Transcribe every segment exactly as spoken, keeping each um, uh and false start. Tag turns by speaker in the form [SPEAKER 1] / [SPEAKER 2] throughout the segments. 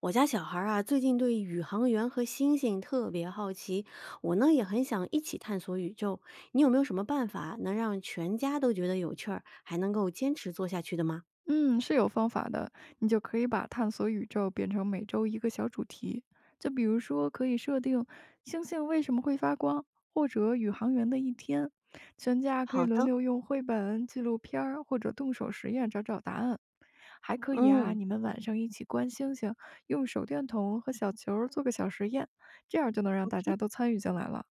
[SPEAKER 1] 我家小孩儿啊，最近对宇航员和星星特别好奇，我呢也很想一起探索宇宙。你有没有什么办法能让全家都觉得有趣儿，还能够坚持做下去的吗？
[SPEAKER 2] 嗯，是有方法的。你就可以把探索宇宙变成每周一个小主题，就比如说可以设定星星为什么会发光，或者宇航员的一天。全家可以
[SPEAKER 1] 好
[SPEAKER 2] 轮
[SPEAKER 1] 的，
[SPEAKER 2] 流用绘本、纪录片儿或者动手实验找找答案。还可以啊，
[SPEAKER 1] 嗯
[SPEAKER 2] 你们晚上一起观星星，用手电筒和小球儿做个小实验，这样就能让大
[SPEAKER 1] ，O K。
[SPEAKER 2] 家都参与进来了。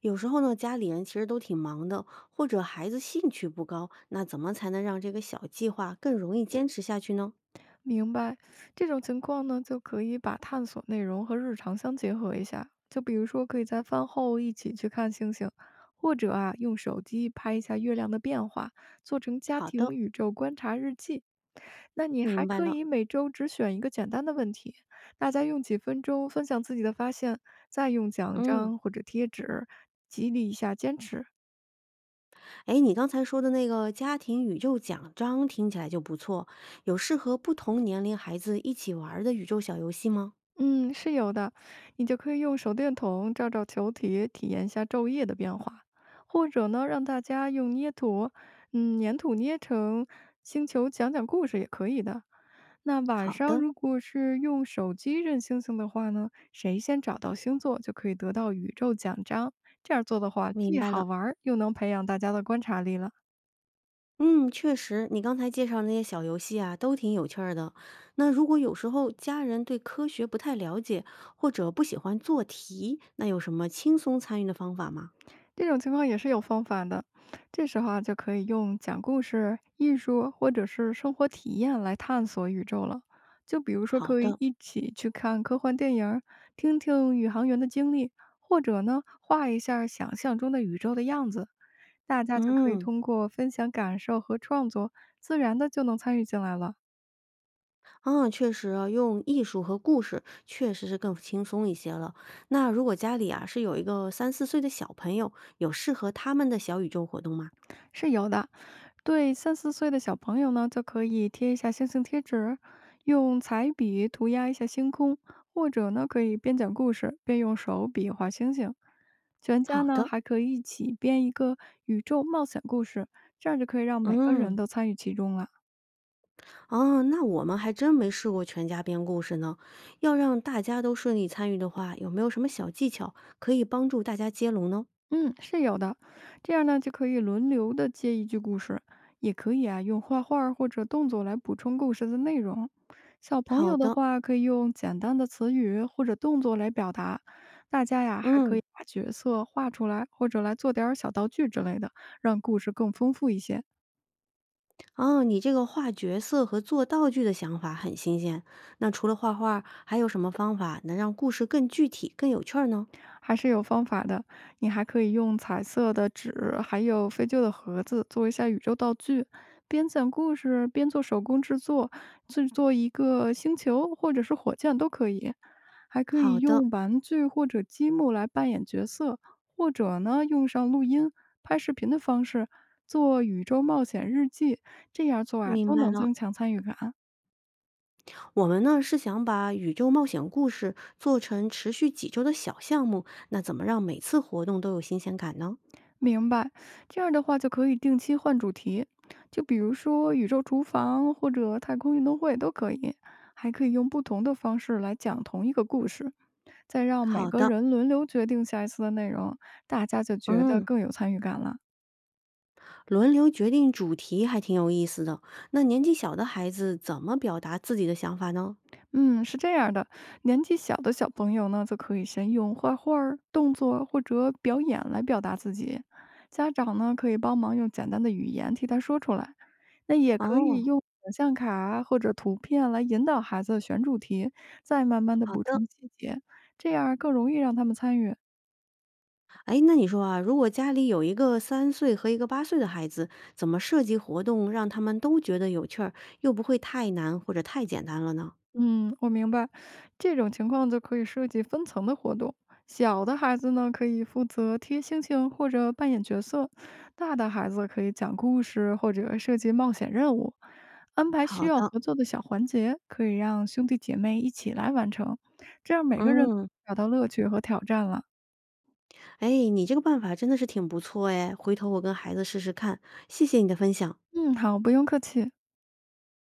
[SPEAKER 1] 有时候呢，家里人其实都挺忙的，或者孩子兴趣不高，那怎么才能让这个小计划更容易坚持下去呢？
[SPEAKER 2] 明白，这种情况呢，就可以把探索内容和日常相结合一下。就比如说，可以在饭后一起去看星星，或者啊，用手机拍一下月亮的变化，做成家
[SPEAKER 1] 好
[SPEAKER 2] 庭
[SPEAKER 1] 的，
[SPEAKER 2] 宇宙观察日记。那你
[SPEAKER 1] 明
[SPEAKER 2] 还
[SPEAKER 1] 白
[SPEAKER 2] 可
[SPEAKER 1] 了。
[SPEAKER 2] 以每周只选一个简单的问题，大家用几分钟分享自己的发现，再用奖
[SPEAKER 1] 嗯。
[SPEAKER 2] 章或者贴纸激励一下坚持。
[SPEAKER 1] 哎，你刚才说的那个家庭宇宙奖章听起来就不错，有适合不同年龄孩子一起玩儿的宇宙小游戏吗？
[SPEAKER 2] 嗯，是有的，你就可以用手电筒照照球体，体验一下昼夜的变化，或者呢，让大家用捏土，嗯，粘土捏成星球，讲讲故事也可以的。那晚
[SPEAKER 1] 好
[SPEAKER 2] 上
[SPEAKER 1] 的，
[SPEAKER 2] 如果是用手机认星星的话呢，谁先找到星座就可以得到宇宙奖章。这样做的话，
[SPEAKER 1] 明
[SPEAKER 2] 既
[SPEAKER 1] 白
[SPEAKER 2] 好
[SPEAKER 1] 了。
[SPEAKER 2] 玩儿，又能培养大家的观察力了。
[SPEAKER 1] 嗯，确实，你刚才介绍那些小游戏啊，都挺有趣儿的。那如果有时候家人对科学不太了解，或者不喜欢做题，那有什么轻松参与的方法吗？
[SPEAKER 2] 这种情况也是有方法的，这时候啊就可以用讲故事、艺术或者是生活体验来探索宇宙了。就比如说，
[SPEAKER 1] 好
[SPEAKER 2] 可以
[SPEAKER 1] 的，
[SPEAKER 2] 一起去看科幻电影儿听听宇航员的经历，或者呢画一下想象中的宇宙的样子。大家就可以
[SPEAKER 1] 嗯。
[SPEAKER 2] 通过分享感受和创作，自然的就能参与进来了，
[SPEAKER 1] 嗯，确实啊，用艺术和故事确实是更轻松一些了。那如果家里啊是有一个三四岁的小朋友，有适合他们的小宇宙活动吗？
[SPEAKER 2] 是有的。对三四岁的小朋友呢，就可以贴一下星星贴纸，用彩笔涂鸦一下星空，或者呢，可以边讲故事边用手笔画星星。全家
[SPEAKER 1] 好
[SPEAKER 2] 呢
[SPEAKER 1] 的，
[SPEAKER 2] 还可以一起编一个宇宙冒险故事，这样就可以让每个人
[SPEAKER 1] 嗯，
[SPEAKER 2] 都参与其中了。
[SPEAKER 1] 哦，那我们还真没试过全家编故事呢。要让大家都顺利参与的话，有没有什么小技巧可以帮助大家接龙呢？
[SPEAKER 2] 嗯，是有的。这样呢，就可以轮流的接一句故事，也可以啊用画画儿或者动作来补充故事的内容。小朋
[SPEAKER 1] 好
[SPEAKER 2] 友的
[SPEAKER 1] 的，
[SPEAKER 2] 话，可以用简单的词语或者动作来表达。大家呀，还可
[SPEAKER 1] 嗯，
[SPEAKER 2] 以把角色画出来，或者来做点儿小道具之类的，让故事更丰富一些。
[SPEAKER 1] 哦，你这个画角色和做道具的想法很新鲜。那除了画画，还有什么方法能让故事更具体、更有趣儿呢？
[SPEAKER 2] 还是有方法的。你还可以用彩色的纸，还有废旧的盒子做一下宇宙道具，边讲故事边做手工制作，制作一个星球或者是火箭都可以。还可
[SPEAKER 1] 好
[SPEAKER 2] 以
[SPEAKER 1] 的，
[SPEAKER 2] 用玩具或者积木来扮演角色，或者呢用上录音、拍视频的方式做宇宙冒险日记，这样做啊
[SPEAKER 1] 明
[SPEAKER 2] 都
[SPEAKER 1] 白
[SPEAKER 2] 能
[SPEAKER 1] 了。
[SPEAKER 2] 增强参与感。
[SPEAKER 1] 我们呢是想把宇宙冒险故事做成持续几周的小项目，那怎么让每次活动都有新鲜感呢？
[SPEAKER 2] 明白，这样的话就可以定期换主题，就比如说宇宙厨房或者太空运动会都可以，还可以用不同的方式来讲同一个故事，再让每
[SPEAKER 1] 好
[SPEAKER 2] 个
[SPEAKER 1] 的，
[SPEAKER 2] 人轮流决定下一次的内容，大家就觉得
[SPEAKER 1] 嗯，
[SPEAKER 2] 更有参与感了。
[SPEAKER 1] 轮流决定主题还挺有意思的。那年纪小的孩子怎么表达自己的想法呢？
[SPEAKER 2] 嗯，是这样的，年纪小的小朋友呢，则可以先用画画儿动作或者表演来表达自己。家长呢，可以帮忙用简单的语言替他说出来。那也可以
[SPEAKER 1] 哦，
[SPEAKER 2] 用想象卡啊或者图片来引导孩子选主题，再慢慢的
[SPEAKER 1] 好
[SPEAKER 2] 补
[SPEAKER 1] 的。
[SPEAKER 2] 充细节，这样更容易让他们参与。
[SPEAKER 1] 哎，那你说啊，如果家里有一个三岁和一个八岁的孩子，怎么设计活动让他们都觉得有趣儿，又不会太难或者太简单了呢？
[SPEAKER 2] 嗯，我明白，这种情况就可以设计分层的活动。小的孩子呢，可以负责贴星星或者扮演角色；大的孩子可以讲故事或者设计冒险任务。安排需
[SPEAKER 1] 好
[SPEAKER 2] 要
[SPEAKER 1] 的，
[SPEAKER 2] 合作的小环节，可以让兄弟姐妹一起来完成，这样每个人
[SPEAKER 1] 嗯。
[SPEAKER 2] 找到乐趣和挑战了。
[SPEAKER 1] 哎，你这个办法真的是挺不错哎，回头我跟孩子试试看，谢谢你的分享。
[SPEAKER 2] 嗯，好，不用客气。